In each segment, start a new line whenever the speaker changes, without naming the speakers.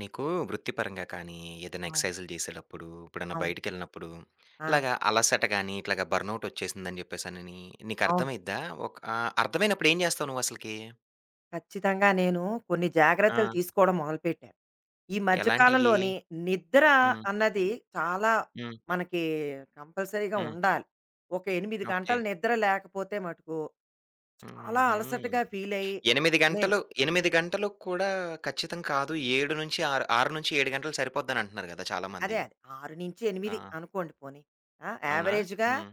నీకు వృత్తిపరంగా కానీ, ఏదైనా
అవును.
ఎక్సర్‌సైజులు చేసేటప్పుడు, ఎప్పుడన్నా
అవును.
బయటికెళ్ళినప్పుడు,
ఆ!
ఇలాగా అలసట గాని, ఇట్లాగా బర్నౌట్ వచ్చేసిందని చెప్పేసనని నీకు
అవును.
అర్థమైద్దా? ఒక అర్థమైనప్పుడు ఏం చేస్తావు నువ్వసలకి?
ఖచ్చితంగా నేను కొన్ని జాగ్రత్తలు
ఆ!
తీసుకోవడం మొదలుపెట్టాను. ఈ మధ్య
ఎలాంటియి?
కాలంలోని నిద్ర
హ్మ్.
అన్నది చాలా
హ్మ్.
మనకి కంపల్సరీగా
హ్మ్.
ఉండాలి. ఒక 8
ఓకే.
గంటలు నిద్ర లేకపోతే మటుకు చాలా
హుహు.
అలసటగా ఫీలయ్యి
8
నేను
గంటలు 8 గంటలు కూడా ఖచ్చితం కాదు. 7-6 6-7 గంటలు సరిపోద్దని అంటున్నారు గదా!
అదే
చాలామంది.
అదే.
ఆ!
6-8 అనుకోండి పోనీ. ఆ!
అవునా?
యావరేజ్‌గా,
హ్మ్.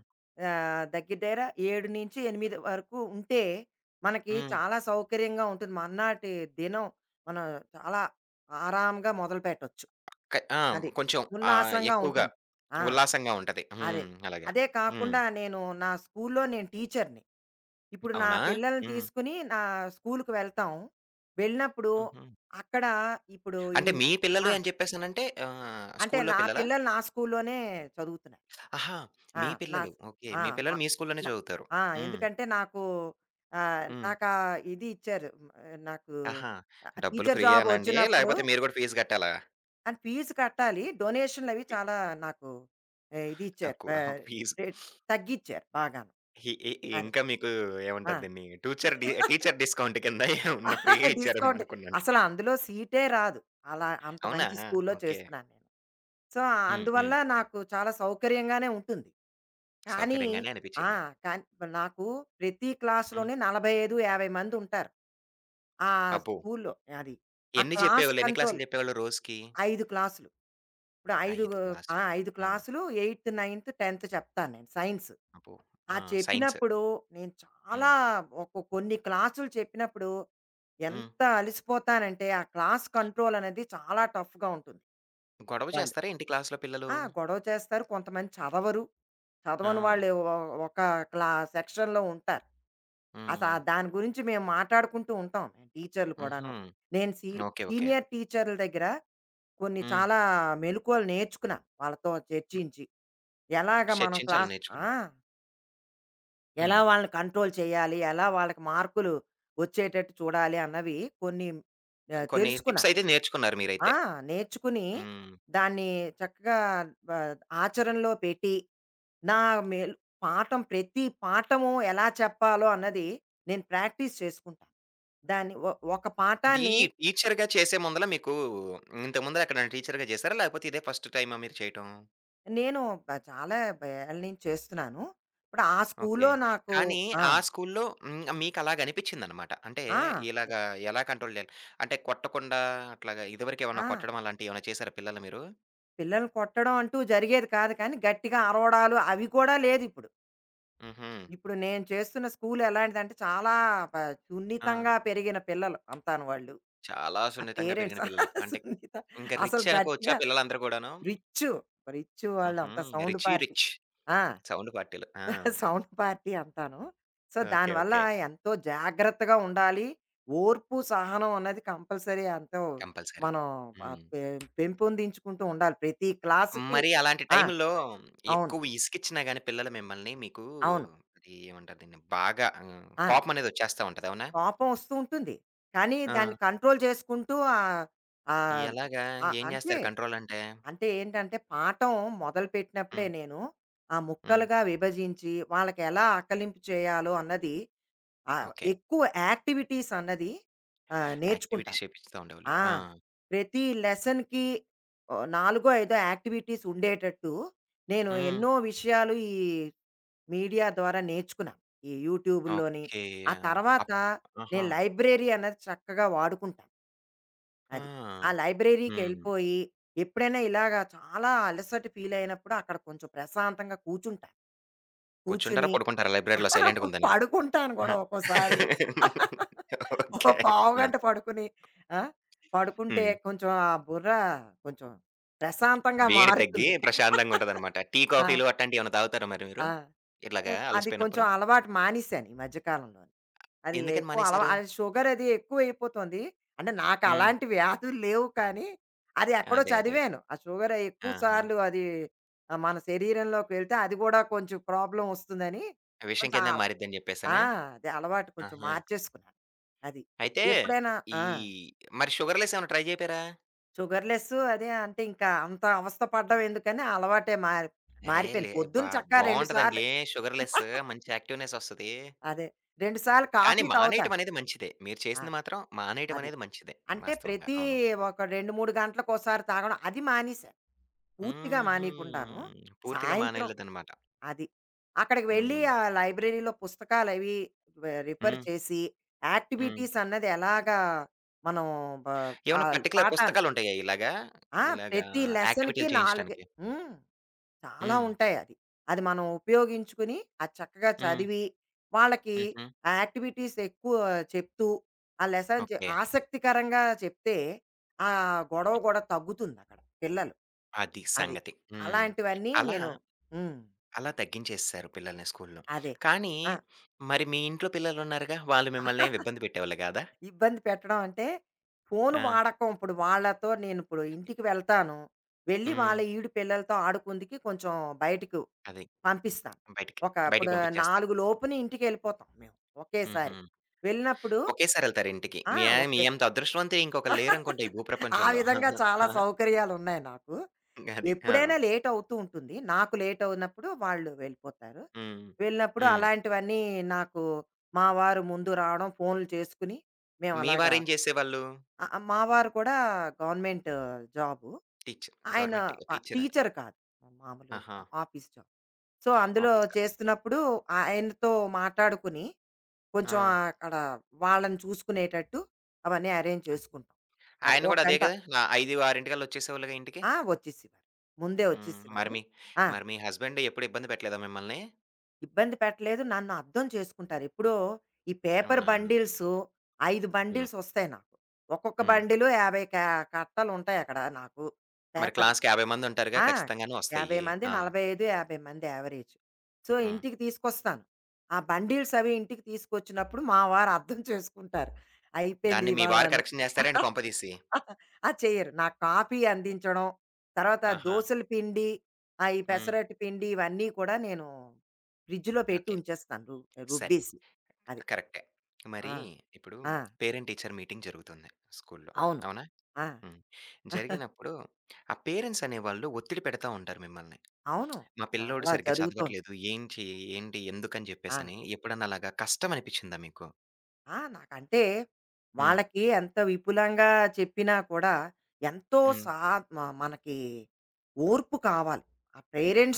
దగ్గర దగ్గర 7-8 వరకు ఉంటే, మనకి
హ్మ్.
చాలా సౌకర్యంగా ఉంటుంది. మర్నాటి దినం మనం చాలా ఆరాంగా మొదలుపెట్టొచ్చు.
క ఆ!
అది
కొంచెం
ఉల్లాసంగా
ఎక్కువగా
ఉంటుంది. ఆ!
ఉల్లాసంగా ఉంటది.
అదే.
హ్మ్. అలాగా.
అదే
హ్మ్.
కాకుండా, నేను నా స్కూల్లో నేను టీచర్‌ని. ఇప్పుడు నా
అవునా?
పిల్లల్ని
హ్మ్.
తీసుకొని నా స్కూలుకి వెళ్తాం. వెళ్ళినప్పుడు
హుహు.
అక్కడ ఇప్పుడు ఈ
అంటే మీ పిల్లలు
ఆ!
అని చెప్పేసనంటే ఆహ్,
అంటే
స్కూల్లో
నా
పిల్లలా?
పిల్లలు నా స్కూల్లోనే చదువుతున్నారు.
ఆహా!
ఆ!
మీ
నా
పిల్లలు.
స్
ఓకే.
ఆ!
మీ
మ
పిల్లలు మీ స్కూల్లోనే
న
చదువుతారు.
ఆ!
హ్మ్.
ఎందుకంటే నాకు, ఆహ్,
హ్మ్.
నాకా ఇది ఇచ్చారు. ఆహ్, నాకు
ఆహా! డబ్బులు
టీచర్ జాబ్
ఫ్రీయేనండి?
వచ్చినప్పుడు
లేకపోతే మీరు గూడా ఫీజు కట్టాలా?
అండ్ ఫీజు కట్టాలి. డొనేషన్‌లవి చాలా నాకు, ఇది ఇచ్చారు.
తక్కువ. ఫీజు.
రేట్ తగ్గిచ్చారు బాగాను.
ఇ ఇ
అది.
ఇంకా మీకు
ఆ!
ఏమంటారు దీన్ని? టూచర్ డి టీచర్ డిస్కౌంట్ కింద ఏమన్నా ఫ్రీగా ఇచ్చారేమో
డిస్కౌంట్.
అనుకున్నాను.
అసలు అందులో సీటే రాదు. అలా అంత
అవునా?
మంచి స్కూల్‌లో
ఓకే.
చేస్తున్నాను నేను. సో,
హ్మ్.
అందువల్ల
హ్మ్.
నాకు చాలా సౌకర్యంగానే ఉంటుంది. కానీ,
సౌకర్యంగానే
ఆ!
అనిపిచ్చింది.
కానీ నాకు ప్రతి
హ్మ్.
క్లాస్‌లోనే 45, 50 మందుంటారు. ఆ
అబ్బో!
స్కూల్‌లో అది. ఆ
ఎన్ని
క్లాస్
చెప్పేవాళ్ళు? ఎన్ని
కంట్రోల్.
క్లాసులు చెప్పేవాళ్ళు రోజుకి?
5 క్లాసులు. ఇప్పుడు 5
5
ఆ!
క్లాసులు.
5
ఆ!
క్లాసులు. 8, 9, 10 చెప్తాను నేను సైన్స్.
అబ్బో!
ఆ
ఆ! సైన్స్.
చెప్పినప్పుడు నేను చాలా,
హ్మ్.
కొన్ని క్లాసులు చెప్పినప్పుడు
హ్మ్.
ఎంత అలసిపోతానంటే, ఆ క్లాస్ కంట్రోల్ అనేది చాలా టఫ్‌గా ఉంటుంది.
గొడవ
వాళ్ళు,
చేస్తారా ఏంటి క్లాస్‌లో పిల్లలు?
ఆ! గొడవ చేస్తారు. కొంతమంది చదవరు.
ఆ!
చదవని వాళ్ళు ఒ ఒక క్లా సెక్షన్‌లో ఉంటారు. అస
హ్మ్.
దాని గురించి మేము మాట్లాడుకుంటూ ఉంటాం, మేము టీచర్లు కూడాను.
హుహు.
నేను సీ
ఓకే. ఓకే.
సీనియర్ టీచర్ల దగ్గర కొన్ని
హ్మ్.
చాలా మెళకువలు నేర్చుకున్నాను వాళ్ళతో చర్చించి. ఎలాగ మనం
చర్చించాలి
క్లాస్ ఆ!
నేర్చుకుని.
ఎలా
హ్మ్.
వాళ్ళని కంట్రోల్ చేయాలి? ఎలా వాళ్ళకి మార్కులు వచ్చేటట్టు చూడాలి? అన్నవి కొన్ని,
కొన్ని టిప్స్
తెలుసుకున్నాను.
అయితే నేర్చుకున్నారు
ఆ!
మీరైతే.
నేర్చుకుని,
హ్మ్.
దాన్ని చక్కగా, బ ఆచరణలో పెట్టి, నా మెల్ పాఠం, ప్రతి పాఠము ఎలా చెప్పాలో అన్నది నేను ప్రాక్టీస్ చేసుకుంటాను. దాన్ని ఒ ఒక
ఇది
పాఠాన్ని
టీచర్‌గా చేసే ముందల మీకు ఇంతకు ముందల ఎక్కడైనా టీచర్‌గా చేసారా? లేకపోతే ఇదే ఫస్ట్ టైమా మీరు చేయటం?
నేను చాలా ఏళ్ళ నుంచి చేస్తున్నాను. ఇప్పుడు ఆ
ఓకే.
స్కూల్‌లో నాకు,
కానీ
ఆ!
ఆ స్కూలులో హ్మ్. మీకలాగనిపిచ్చిందనమాట. అంటే
ఆ! అదే.
ఇలాగా ఎలా కంట్రోల్ చేయాలి? అంటే కొట్టకుండా అట్లాగా
ఆ!
ఇదివరకేమన్నా కొట్టడం అలాంటియేమన్నా చేసారా పిల్లల్ని మీరు?
పిల్లల్ని కొట్టడం అంటూ జరిగేది కాదు కానీ, గట్టిగా అరవడాలు అవి కూడా లేదిప్పుడు.
హుహు.
ఇప్పుడు ఇప్పుడు నేను చేస్తున్న స్కూల్ ఎలాంటిదంటే, చాలా ప
ఆ!
సున్నితంగా పెరిగిన పిల్లలు అంతాను వాళ్ళు.
చాలా
ఆ
సున్నితంగా పెరిగిన
పేరెంట్స్
పిల్లలు. అంటే
సున్నిత
ఇంక
అసలు
రిచ్ అనుకోవచ్చా
గట్టిగా
పిల్లలందరూ గూడాను?
రిచ్చు. రిచ్చు వాళ్ళు
హుహు.
అంత సౌండ్
రిచీ
పార్టీ.
రిచ్.
ఆ!
సౌండ్ పార్టీలు. ఆ!
సౌండ్ పార్టీ అంటాను. So,
okay.
దానివల్ల
ఓకే.
ఎంతో జాగ్రత్తగా ఉండాలి. ఓర్పు, సహనం అన్నది కంపల్సరీ. ఎంతో
కంపల్సరీ.
మనం, ఆహ్,
హ్మ్.
పె పెంపొందించుకుంటూ ఉండాలి ప్రతి క్లాస్‌కి.
మరి అలాంటి
ఆ!
టైముల్లో
అవును.
ఎక్కువ ఇసికిచ్చినా గాని పిల్లలు మిమ్మల్ని మీకు
అవును.
అది ఏమంటారు దీన్ని? బాగా
ఆ!
కోపమనేది ఒచ్చేస్తా ఉంటది. అవునా?
కోపం వస్తూ ఉంటుంది. కానీ
ఆ!
దాన్ని కంట్రోల్ చేసుకుంటూ, ఆహ్, ఆహ్,
ఎలాగా?
ఆ!
ఏం
అంతే.
జేస్తారు కంట్రోల్ అంటే?
అంటే ఏంటంటే, పాఠం మొదలుపెట్టినప్పుడే
హ్మ్.
నేను ఆ
హ్మ్.
ముక్కలుగా విభజించి, వాళ్ళకి ఎలా ఆకలింపు చేయాలో అన్నది. ఆ!
ఓకే.
ఎక్కువ యాక్టివిటీస్ అన్నది నేర్చుకుంటాను.
యాక్టివిటీస్ చేపిస్తా ఉండేవాళ్ళు.
ఆ!
ఆ!
ప్రతి లెసన్‌కి ఓ నాలుగో, ఐదో యాక్టివిటీస్ ఉండేటట్టు నేను
హ్మ్.
ఎన్నో విషయాలు ఈ మీడియా ద్వారా నేర్చుకున్నాను. ఈ యూట్యూబుల్లోని.
ఓకే.
ఆ
ఆ!
తర్వాత
అప్ ఆహా!
నేను లైబ్రరీ అన్నది చక్కగా వాడుకుంటాను. అది. ఆ
ఆ! హ్మ్.
లైబ్రరీకెళ్ళిపోయి ఎప్పుడైనా ఇలాగా చాలా అలసట ఫీల్ అయినప్పుడు అక్కడ కొంచెం ప్రశాంతంగా కూర్చుంటాను.
కూర్చుంటారా?
కూర్చొని,
పడుకుంటారా? లైబ్రరీలో సైలెంట్‌గుందని.
పడుకుంటాను గూడా
ఆహా!
ఒక్కోసారి. Oh
okay. ఆ!
పావుగంట పడుకుని, ఆ! పడుకుంటే
హ్మ్.
కొంచెం ఆ బుర్ర కొంచెం ప్రశాంతంగా
వేడి తగ్గి
మారుతుంది.
ప్రశాంతంగా ఉంటదనమాట. టీ,
ఆ!
కాఫీలు అట్లాంటియేమన్నా తాగుతారా మరి మీరు?
ఆ!
ఇట్లాగా
అది కొంచెం
అలసిపోయినప్పుడు?
అలవాటు మానేశాను ఈ మధ్య కాలంలోని. అది
ఎందుకని
ఎక్కువ,
మానేశారు?
అది షుగర్ అది ఎక్కువైపోతుంది. అంటే నాకు
హ్మ్.
అలాంటి వ్యాధులు లేవు, కానీ అది ఎక్కడో
అదే. అదే.
చదివాను. ఆ షుగర్ ఎక్కువ
ఆహా!
సార్లు అది, మన శరీరంలోకి వెళ్తే అది గూడా కొంచెం ప్రాబ్లమ్ వస్తుందని,
విషం
కొంచెం
కింద మారిద్దని
ఆ!
జెప్పేసనా?
అదే అలవాటు కొంచెం
ఆహా!
మార్చేసుకున్నాను. అది.
అయితే
ఎప్పుడైనా
ఈ
ఆ!
మరి షుగర్ లెస్ ఏమైనా ట్రై జేపారా?
షుగర్ లెస్సు అదే అంటే ఇంకా అంత అవస్థ పడ్డం ఎందుకని, ఆ అలవాటే మారి
ఏహ్!
మారిపోయింది.
లే
పొద్దున
బా
చక్కా 2 సార్లు
బావుంటదండి. షుగర్ లెస్ మంచి యాక్టివ్‌నెస్ ఒస్తది.
అదే. 2 సార్లు
కానీ
కాఫీ
మానేయటం
తాగుతాను.
అనేది మంచిదే. మీరు
ఆ!
చేసింది మాత్రం మానేయటం
అదే.
అనేది మంచిదే
అంటే
వాస్తవంగా.
ప్రతి
అవును.
ఒక 2, 3 గంటలకోసారి తాగడం అది మానేశాను. పూర్తిగా
హుహు.
మానేయకుండాను.
పూర్తిగా
సాయంత్రం
మానేయలేదనమాట.
అది. అక్కడికి వెళ్ళి
హ్మ్.
ఆ లైబ్రరీలో పుస్తకాలవి రిఫర్
హ్మ్.
చేసి,
హ్మ్.
యాక్టివిటీస్ అన్నది ఎలాగా మనం, బ
ఏమన్నా
ఆల్
పర్టిక్యులర్
పాఠాన్ని
పుస్తకాలుంటాయా ఇలాగా?
ఆ!
ఇలాగా
ప్రతి లెసన్‌కి
యాక్టివిటీలు
4,
చేయించడానికి?
హ్మ్, చాలా
హ్మ్.
ఉంటాయి అది. అది మనం ఉపయోగించుకుని, అది చక్కగా
హ్మ్.
చదివి, వాళ్ళకి
హుహు.
ఆ యాక్టివిటీస్ ఎక్కువ చెప్తూ, ఆ లెసన్
ఓకే.
ఆసక్తికరంగా చెప్తే, ఆ గొడవ కూడా తగ్గుతుందక్కడ పిల్లలు.
అది
అది.
సంగతి. హ్మ్.
అలాంటివన్నీ
అలా
నేను, హ్మ్.
అలా తగ్గించేసేశారు పిల్లల్ని స్కూలులో.
అదే.
కానీ,
ఆ!
మరి మీ ఇంట్లో పిల్లలున్నారుగా! వాళ్ళు మిమ్మల్ని ఏమి ఇబ్బంది పెట్టేవాళ్ళు కాదా?
ఇబ్బంది పెట్టడం అంటే, ఫోను
ఆ!
వాడకం, ఇప్పుడు వాళ్ళతో నేనిప్పుడు ఇంటికి వెళ్తాను. వెళ్ళి
హ్మ్.
వాళ్ళ ఈడు పిల్లలతో ఆడుకుందికి కొంచెం బయటకు
అది.
పంపిస్తాను.
బయటికి,
ఒక
బయటికి
ఇప్పుడు
పంపించేస్తారు.
4 లోపున ఇంటికెళ్ళిపోతాం మేము
హుహు.
ఒకేసారి. వెళ్ళినప్పుడు
ఒకేసారి ఎళ్తారు ఇంటికి.
ఆ!
మీ ఆయ మీ
ఒకేస
అంత అదృష్టవంతులు ఇంకొకళ్ళు లేరనుకుంటా ఈ
ఆ
భూప్రపంచంలో.
విధంగా చాలా సౌకర్యాలున్నాయి నాకు.
అది. ఆ!
ఎప్పుడైనా లేటవుతూ ఉంటుంది. నాకు లేటవునప్పుడు వాళ్ళు వెళ్ళిపోతారు.
హ్మ్.
వెళ్ళినప్పుడు
హ్మ్.
అలాంటివన్నీ నాకు. మా వారు ముందు రావడం, ఫోన్లు చేసుకుని
మీ
మేమలాగా.
వారేం చేసేవాళ్ళు?
ఆ! ఆ! మా వారు కూడా గవర్నమెంట్ జాబు.
టీచర్.
ఆయన,
గవర్నమెంట్ టీచర్.
టీచర్ కాదు. మామూలు
ఆహా!
Office job. సో, అందులో
ఆఫీసా. ఓకే.
చేస్తున్నప్పుడు ఆయనతో మాట్లాడుకుని,
ఆ!
కొంచెం అక్కడ వాళ్ళని చూసుకునేటట్టు అవన్నీ అరేంజ్ చేసుకుంటాం. అది
ఆయన
ఒక
కూడా అదే
గంట.
కదా! ఆ! 5, 6 కల్లా వచ్చేసేవాళ్ళుగా ఇంటికి?
ఆ! వచ్చేసేవారు. ముందే
హ్మ్.
వచ్చేసేవారు. ఆ!
మరి మీ హస్బెండ్ ఎప్పుడు ఇబ్బంది పెట్టలేదా మిమ్మల్ని?
ఇబ్బంది పెట్టలేదు. నన్ను అర్థం చేసుకుంటారు. ఎప్పుడో ఈ పేపర్
అవునా?
బండిల్సు, 5
హ్మ్.
బండిల్స్ వస్తాయి నాకు. ఒక్కొక్క
హ్మ్.
బండిలు 50, కట్టలుంటాయి అక్కడ నాకు,
మరి
పేపర్‌లు.
క్లాస్‌కి 50 మందుంటారుగా
ఆ!
ఖచ్చితంగాను
50
ఒస్తాయి.
మంది,
ఆ!
45, 50 మంది యావరేజ్. సో,
హ్మ్.
ఇంటికి తీసుకొస్తాను. ఆ బండిల్స్ అవి ఇంటికి తీసుకొచ్చినప్పుడు మా వారు అర్థం చేసుకుంటారు, అయిపోయింది
దాన్ని మీ
ఇవాళ
వారు
అని.
కరెక్షన్ జేస్తారాండి కొంపదీసి?
ఆ! చెయ్యరు. నాకు కాఫీ అందించడం, తర్వాత
ఆహా!
దోసల పిండి, ఈ
హ్మ్.
పెసరట్టు పిండి, ఇవన్నీ కూడా నేను ఫ్రిడ్జ్‌లో పెట్టి
ఓకే.
ఉంచేస్తాను,
సరే.
రుబ్బేసి. అది.
కరెక్టే. మరి
ఆ!
ఇప్పుడు
ఆ!
పేరెంట్ టీచర్ మీటింగ్ జరుగుతుంది స్కూల్లో.
అవును.
అవునా?
ఆ!
హ్మ్. జరిగినప్పుడు ఆ పేరెంట్స్ అనేవాళ్ళు ఒత్తిడి పెడతా ఉంటారు మిమ్మల్ని.
అవును.
మా పిల్లోడు
చాలా
సరిగ్గా
జరుగుతోంది.
చదవట్లేదు. ఏంటి? ఏంటి? ఎందుకని
ఆ!
జెప్పేసని ఎప్పుడన్నా అలాగా కష్టం అనిపిచ్చిందా మీకు?
ఆ! నాకంటే
హ్మ్.
వాళ్ళకి ఎంత విపులంగా చెప్పినా కూడా ఎంతో,
హ్మ్.
సా మ మనకి ఓర్పు కావాలి. ఆ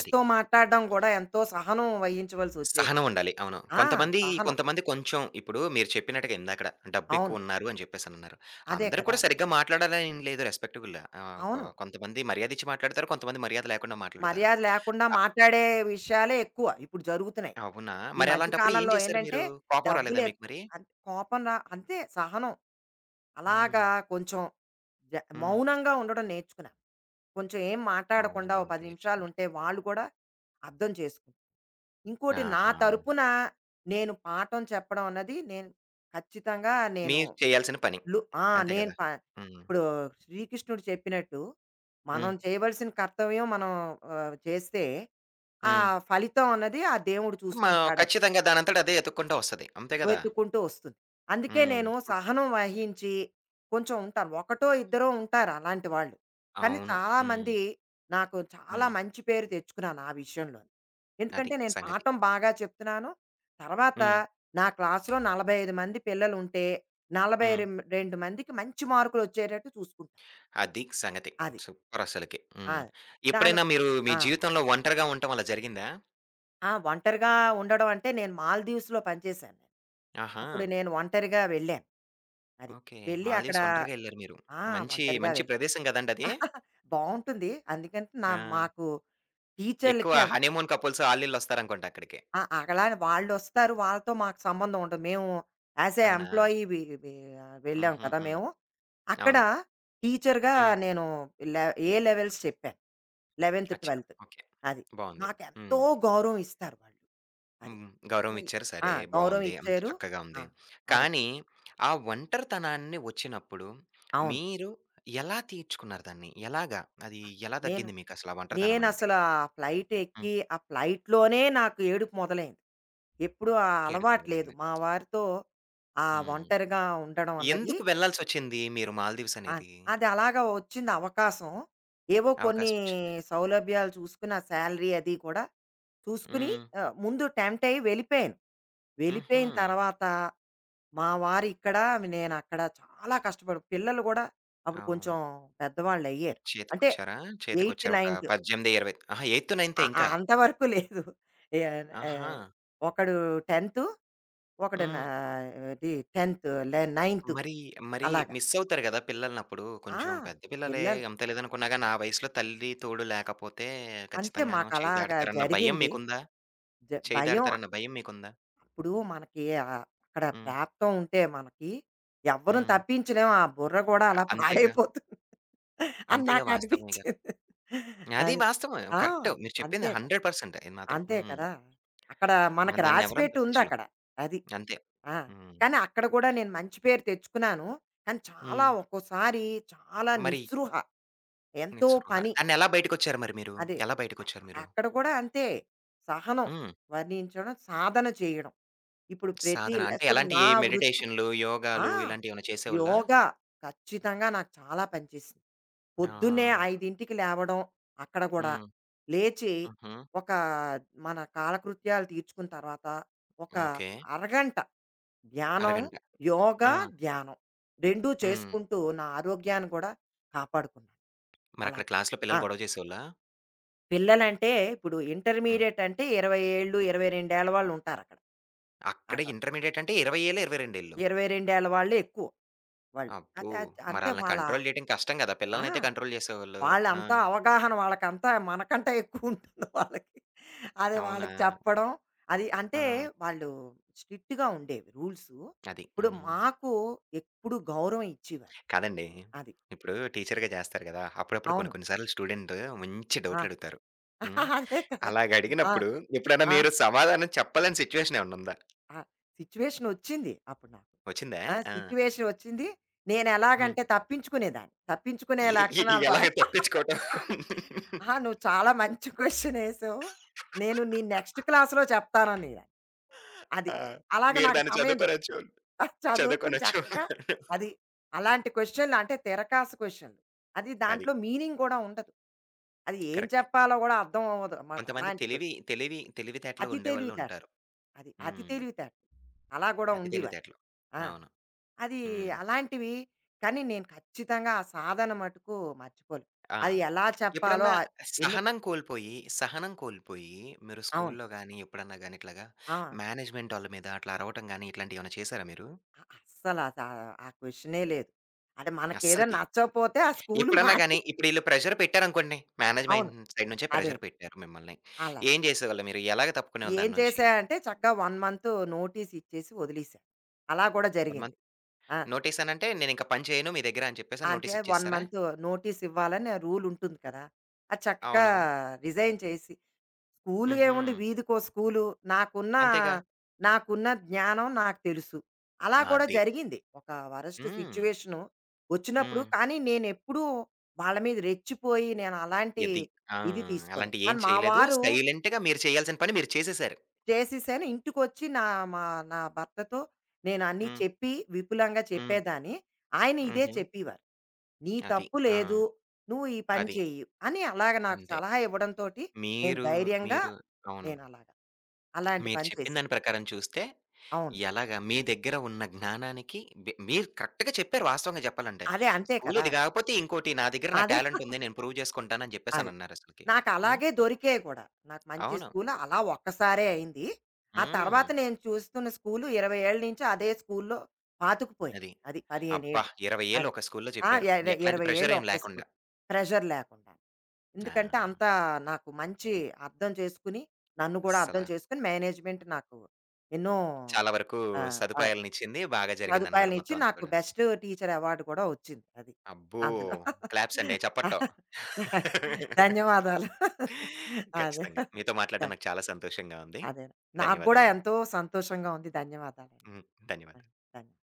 అది.
మాట్లాడడం కూడా ఎంతో సహనం వహించవలసొచ్చేది.
సహనం ఉండాలి. అవును.
ఆ!
కొంతమంది
సహనం.
కొంతమంది కొంచెం ఇప్పుడు మీరు చెప్పినట్టుగా ఇందాకడ
అవును.
డబ్బెక్కువున్నారు అని చెప్పేసనన్నారు.
అదే
అందరూ
కదా!
కూడా సరిగ్గా మాట్లాడాలని ఏం లేదు రెస్పెక్టబుల్ ఆహ్, కొ
అవును.
కొంతమంది మర్యాదిచ్చి మాట్లాడతారు. కొంతమంది మర్యాద లేకుండా మాట్లాడతారు.
మర్యాద లేకుండా
అ
మాట్లాడే విషయాలే ఎక్కువ ఇప్పుడు జరుగుతున్నాయి.
అవునా!
ఈ
మరి
మధ్య
అలాంటప్పుడు ఏం
కాలంలో
చేశారు
ఏంటంటే,
మీరు? కోపం రాలేదా
డబ్బులే
మీకు మరి?
అన్ కోపం రా అంతే సహనం.
హ్మ్.
అలాగా కొంచెం జ
హ్మ్.
మౌనంగా ఉండడం నేర్చుకున్నాను. కొంచెం ఏం మాట్లాడకుండా
మౌనంగా
ఓ 10
ఉండటం నేర్చుకున్నారు.
నిమిషాలుంటే వాళ్ళు కూడా అర్థం చేసుకుం ఇంకోటి నా
ఆహా!
తరపున, నేను పాఠం చెప్పడం అన్నది నేను, ఖచ్చితంగా నేను,
మీరు చేయాల్సిన పని.
లు ఆ!
అంతే
నేను
గదా!
ప
హ్మ్.
ఇప్పుడు శ్రీకృష్ణుడు చెప్పినట్టు మనం
హ్మ్.
చేయవలసిన కర్తవ్యం మనం, చేస్తే ఆ
హ్మ్.
ఫలితం అన్నది ఆ దేవుడు
మా
చూసుకుంటాడని.
ఖచ్చితంగా దానంతట అదే ఎతుక్కుంటా వస్తది. అంతే గదా!
వెతుక్కుంటూ వస్తుంది. అందుకే
హ్మ్.
నేను సహనం వహించి కొంచెం ఉంటాను. ఒకటో, ఇద్దరో ఉంటారు అలాంటి వాళ్ళు. కానీ
అవును. హ్మ్.
చాలామంది నాకు చాలా
హ్మ్.
మంచి పేరు తెచ్చుకున్నాను ఆ విషయంలో.
అది
ఎందుకంటే నేను
సంగతి.
పాఠం బాగా చెప్తున్నాను. తర్వాత
హ్మ్.
నా క్లాస్‌లో 45 మంది పిల్లలుంటే
హ్మ్.
42 మందికి మంచి మార్కులొచ్చేటట్టు చూసుకుంటాను.
అది సంగతి.
అది.
సూపరసలకి.
ఆ!
హ్మ్.
దాని,
ఎప్పుడైనా మీరు మీ
ఆ!
జీవితంలో ఒంటరిగా ఉండటం అలా జరిగిందా?
ఆ! ఒంటరిగా ఉండడం అంటే, నేను మాల్‌దీవ్స్‌లో పనిచేశాను. నేను
ఆహా!
అప్పుడు నేను ఒంటరిగా వెళ్ళాను. అది.
ఓకే.
వెళ్ళి అక్కడ
మాల్దీవ్స్ ఒంటరిగా ఎళ్లారు మీరు.
ఆ!
మంచి,
ఒంటరిగా
మంచి
వెళ్ళాం.
ప్రదేశం గదండది.
బావుంటుంది. అందుకని
ఆ!
మాకు
ఎక్కువ
టీచర్లకి
హనీమూన్ కపుల్స్ ఆళ్ళీళ్ళొస్తారనుకుంటా అక్కడికి.
ఆ! అలానే వాళ్ళొస్తారు. వాళ్ళతో మాకు సంబంధం ఉండదు. మేము యాజ్ ఎ
అవునా?
ఎంప్లాయీ వి వి వెళ్ళాం కదా
హుహుహు.
మేము. అక్కడ
అవును.
టీచర్‌గా
హ్మ్.
నేను, లె ఏ లెవెల్స్ చెప్పాను. 11,
అచ్చా!
12.
ఓకే.
అది.
బావుంది.
మాకెంతో
హ్మ్.
గౌరవం ఇస్తారు వాళ్ళు. అది.
హ్మ్. గౌరవం ఇచ్చారు.
ఆ!
సరే
గౌరవం
బావుంది. అంత
ఇచ్చారు.
చక్కగా
ఆ!
ఉంది.
అదే.
కానీ ఆ ఒంటరితనాన్ని వచ్చినప్పుడు
అవును.
మీరు ఎలా తీర్చుకున్నారు దాన్ని? ఎలాగా? అది
ఆ,
ఎలా
నేను,
తగ్గింది మీకసల ఆ ఒంటరితనం అనేది?
నేనసలు ఆ ఫ్లైట్
హ్మ్.
ఎక్కి, ఆ ఫ్లైట్‌లోనే నాకు ఏడుపు మొదలైంది. ఎప్పుడూ ఆ
ఏడుపు
అలవాటు లేదు
మొదలైంది.
మా వారితో. ఆ
హ్మ్.
ఒంటరిగా ఉండడం అన్నది,
ఎందుకు వెళ్ళాల్సొచ్చింది మీరు మాల్దీవ్స్
అన్
అనేది?
అది అలాగా వచ్చింది అవకాశం. ఏవో కొన్ని
అవకాశమొచ్చింది.
సౌలభ్యాలు చూసుకుని, ఆ శాలరీ అది కూడా చూసుకుని,
హ్మ్.
ముందు టెంప్ట్ అయ్యి వెళ్ళిపోయాను.
హుహు.
వెళ్ళిపోయిన తర్వాత మా వారు ఇక్కడ, నేనక్కడ చాలా కష్టపడి, పిల్లలు కూడా అప్పుడు
అవును.
కొంచెం పెద్దవాళ్ళయ్యారు. అంటే
చేతికొచ్చారా?
8,
చేతికొచ్చారు. ఒక
9త్,
18, 20 ఆహా! ఎయిత్,
అ
నైన్తే ఇంకా?
అంతవరకు లేదు. ఏ
ఆహా!
ఆహ్, ఒకడు 10త్, ఒకడు నా
హ్మ్.
ఇది 10థ్, 9థ్.
మరి, మరి,
అలాగా.
మిస్సవుతారు గదా! పిల్లలనప్పుడు.
ఆ!
కొంచెం పెద్ద పిల్లలే
పిల్లలు
ఎంత లేదనుకున్నా గాని, ఆ వయసులో తల్లి తోడు లేకపోతే
అంతే
ఖచ్చితంగాను చేయి
మాకలాగా
దాటతారన్న భయం
జరిగింది.
మీకుందా? చేయి
భయం.
దాటతారన్న భయం మీకుందా?
ఇప్పుడు మనకి, అక్కడ
హ్మ్.
ప్రాప్తం ఉంటే మనకి ఎవ్వరం
హ్మ్.
తప్పించలేం. ఆ బుర్ర గూడా అలా
అంతేగా.
పాడైపోతుంది అని
అంతేగా వాస్తవమేగా.
నాకనిపించింది.
అది
అది.
వాస్తవమే.
ఆ!
కరెక్ట్. మీరు
అంతే
చెప్పింది
కదా!
100% ఇది మాత్రం.
అంతే
హ్మ్.
కదా! అక్కడ
మనం
మనకి
దాన్నెవరం
రాసిపెట్టి
తప్పించలేం.
ఉందక్కడ. అది.
అంతే.
ఆ!
హ్మ్.
కానీ అక్కడ కూడా నేను మంచి పేరు తెచ్చుకున్నాను. కానీ చాలా
హ్మ్.
ఒక్కోసారి చాలా
మరి
నిస్పృహ. ఎంతో
నిస్పృహ
పని.
దాన్నెలా బయటకొచ్చారు మరి మీరు?
అదే
ఎలా
అ
బయటకొచ్చారు మీరు?
అక్కడ కూడా అంతే. సహనం
హ్మ్.
వర్ణించడం, సాధన చేయడం. ఇప్పుడు ప్రతి
సాధన
లెస్
అంటే
ఇప్పుడు
ఎలాంటి
నా వృత్తి.
మెడిటేషన్‌లు,
ఆ!
యోగాలు ఇలాంటియేమైనా చేసేవాళ్ళా?
యోగా ఖచ్చితంగా నాకు చాలా పనిచేసింది. పొద్దున్నే
ఆ!
5కి లేవడం అక్కడ కూడా.
హ్మ్.
లేచి,
హుహు.
ఒక మన కాలకృత్యాలు తీర్చుకున్న తర్వాత ఒక
ఓకే.
అరగంట ధ్యానం,
అరగంట.
యోగా,
ఆ!
ధ్యానం 2
హ్మ్.
చేసుకుంటూ నా ఆరోగ్యాన్ని కూడా కాపాడుకున్నాను
మరక్కడ
అలాగా.
క్లాస్‌లో
ఆ!
పిల్లలు గొడవ చేసేవాళ్ళా?
పిల్లలంటే ఇప్పుడు
హ్మ్.
ఇంటర్మీడియేట్ అంటే 20 ఏళ్ళు, 22 ఏళ్ల వాళ్ళు ఉంటారక్కడ.
అక్కడే
అక్కడ
ఇంటర్మీడియేట్ అంటే 20 ఏళ్ళు, 22 ఏళ్ళు.
22 ఏళ్ల వాళ్ళే ఎక్కువ వాళ్ళు.
అబ్బో!
అదే అద్ అంతే
మరాళ్ళని
వాళ్ళ.
కంట్రోల్ జేయడం కష్టం గదా! పిల్లలనైతే
ఆ!
కంట్రోల్ చేసేవాళ్ళు. ఆ!
వాళ్ళంతా అవగాహన, వాళ్ళకంతా మనకంటే ఎక్కువుంటుంది వాళ్ళకి. అదే
అవునా?
వాళ్ళకి చెప్పడం. అది
ఆ!
అంటే వాళ్ళు స్ట్రిక్ట్‌గా ఉండేవి రూల్సు.
అది.
ఇప్పుడు
హ్మ్.
మాకు ఎప్పుడు గౌరవం ఇచ్చేవారు.
కాదండి.
అది.
ఇప్పుడు టీచర్‌గా జేస్తారు గదా! అప్పుడప్పుడు
అవును.
కొన్ని కొన్ని సార్లు స్టూడెంట్ మంచి
ఆ!
డౌట్‌లడుగుతారు. హ్మ్.
అదే కదా! ఆ!
అలాగడిగినప్పుడు ఎప్పుడైనా
ఆ!
మీరు సమాధానం చెప్పలేని సిట్యుయేషన్ ఏమన్నా ఉందా?
ఆ! సిట్యుయేషనొచ్చింది అప్పుడు నాకు.
వచ్చిందా?
ఆ!
ఆ!
సిట్యుయేషనొచ్చింది.
హ్మ్.
నేనెలాగంటే తప్పించుకునేదాన్ని. తప్పించుకునే
ఎ ఎ
లక్షణాలు కూడా
ఎలాగ తప్పించుకోవటం.
ఆ! నువ్వు చాలా మంచి క్వెషనేసావు. నేను నీ నెక్స్ట్ క్లాస్‌లో చెప్తానని. అది.
ఆ!
అలాగ
మీరు
నాకు
దాన్ని
సమయం
చదువుకొనొచ్చు.
చదువుకుని
చదువుకొనొచ్చు.
చక్కగా. అది. అలాంటి క్వెషన్లు అంటే తిరకాసు క్వెషన్లు. అది,
అది.
దాంట్లో మీనింగ్ కూడా ఉండదు. అది ఏం
కరెక్టే.
చెప్పాలో కూడా అర్థం అవ్వదు మాట
కొంతమంది
అలాంటి క్వెషన్.
తెలివి తెలివి తెలివితేటలు
అతి
ఉండేవాళ్ళు
తెలివితేటలు.
ఉంటారు.
అది. అతి
హ్మ్.
తెలివితేటలు. అలా గూడా
అతి
ఉండేవారు.
తెలివితేటలు.
ఆ!
అవును.
అది
హ్మ్.
అలాంటివి. కానీ నేను ఖచ్చితంగా ఆ సాధన మటుకు మర్చిపోలేను.
ఆ!
అది ఎలా చెప్పాలో,
ఎప్పుడన్నా
ఆహ్, ఎన్ని
సహనం కోల్పోయి, సహనం కోల్పోయి మీరు
అవును.
స్కూల్‌లో గాని, ఎప్పుడన్నా గాని ఇట్లాగా
ఆ!
మేనేజ్‌మెంట్ ఆళ్ళ మీద అట్లా అరవటం గాని ఇట్లాంటియేమన్నా చేసారా మీరు?
అ అస్సల సా ఆ క్వెషనే లేదు. అంటే మనకేదైనా
అస్సలకి.
నచ్చకపోతే ఆ స్కూలు
ఎప్పుడన్నా
మార్చి.
గాని, ఇప్పుడు ఈళ్ళు ప్రెషర్ పెట్టారనుకోండి.
అవును.
మేనేజ్‌మెంట్ సైడ్ నుంచే
అదే.
ప్రెషర్ పెట్టారు మిమ్మల్ని.
అలా.
ఏం జేసేవాళ్ళు మీరు? ఎలాగ తప్పుకునేవాళ్ళు
ఏం
దాని నుంచి?
చేశానంటే చక్కగా 1 మంత్ నోటీస్ ఇచ్చేసి వదిలేశాను. అలా కూడా
1
జరిగింది.
మంత్
ఆ!
నోటీస్ అనంటే, నేనింక పని చేయను మీ దగ్గర అని చెప్పేసని
అంటే
నోటీస్
1
ఇచ్చేసారా?
మంత్ నోటీస్ ఇవ్వాలని రూల్ ఉంటుంది కదా! అది చక్కగా
అవును.
రిజైన్ చేసి. స్కూలు
హుహు.
ఏముంది, వీధికో స్కూలు. నాకున్న
అంతేగా.
నాకున్న జ్ఞానం నాకు తెలుసు. అలా కూడా
అది.
జరిగింది. ఒక వరస్ట్
హ్మ్.
సిట్యుయేషను వచ్చినప్పుడు,
హ్మ్.
కానీ నేనెప్పుడూ వాళ్ళ మీద రెచ్చిపోయి నేను అలాంటి
ఇది. ఆ!
ఇది తీసుకోలేదు.
అలాంటియి ఏం
కానీ మా
చేయలేదు.
వారు,
సైలెంట్‌గా మీరు చేయాల్సిన పని మీరు చేసేసారు.
చేసేసాను. ఇంటికొచ్చి మా నా భర్తతో నేను అన్నీ
హ్మ్.
చెప్పి విపులంగా
హ్మ్.
చెప్పేదాన్ని. ఆయన ఇదే
హుహు.
చెప్పేవారు, నీ
అది.
తప్పు
ఆ!
లేదు, నువ్వు ఈ పని
అది.
చెయ్యి అని. అలాగ నాకు
అంతే.
సలహా ఇవ్వడంతోటి నేను
మీరు,
ధైర్యంగా
మీరు అవును.
నేనలాగా అలాంటి
మీరు
పని
చెప్పిన
చేశాను.
దాని ప్రకారం చూస్తే,
అవును.
ఎలాగా మీ దగ్గర ఉన్న జ్ఞానానికి మీరు కరెక్ట్‌గా చెప్పారు వాస్తవంగా చెప్పాలంటే.
అదే అంతే
స్కూల్
కదా!
ఇది కాకపోతే ఇంకోటి నా దగ్గర నా
అదే.
టాలెంట్ ఉంది. నేను ప్రూవ్ చేసుకుంటానని
అదే.
చెప్పేసనన్నారసలకి.
నాకు
ఆ!
అలాగే దొరికేయి కూడా. నాకు మంచి
అవును.
స్కూలు అలా ఒక్కసారే అయింది. ఆ
హ్మ్.
తర్వాత నేను చూస్తున్న స్కూలు 20 ఏళ్ల నుంచి అదే స్కూల్లో పాతుకుపోయాను.
అది.
అది 15
అబ్బా!
ఏళ్ళు.
20 ఏళ్ళు
అది.
ఒక స్కూల్‌లో
ఆ!
చెప్పారు. ఎట్లాంటి
20 ఏళ్ళు
ప్రెషర్ ఏమి
ఒకే
లేకుండా.
స్కూల్. ప్రెషర్ లేకుండా.
ఆ!
ఎందుకంటే అంత నాకు మంచి, అర్థం చేసుకుని, నన్ను కూడా
అస్సల
అర్థం చేసుకొని మేనేజ్‌మెంట్ నాకు ఎన్నో,
చాలా వరకు
ఆ!
సదుపాయాలనిచ్చింది. బాగా జరిగిందనమాట
సదుపాయాలిచ్చి,
మొత్తం అంతా
నాకు
కూడాను.
బెస్ట్ టీచర్ అవార్డ్ కూడా వచ్చింది అది.
అబ్బో!
అందులో.
క్లాప్స్ అండి. చప్పట్లు.
ధన్యవాదాలు. అదే.
ఖచ్చితంగా. మీతో మాట్లాడడం నాకు చాలా సంతోషంగా ఉంది.
అదే. నాకు గూడా
ధన్యవాదాలండి.
ఎంతో సంతోషంగా ఉంది. ధన్యవాదాలండి.
హ్మ్.
ఆ!
ధన్యవాదాలు.
ధన్యవాదాలు.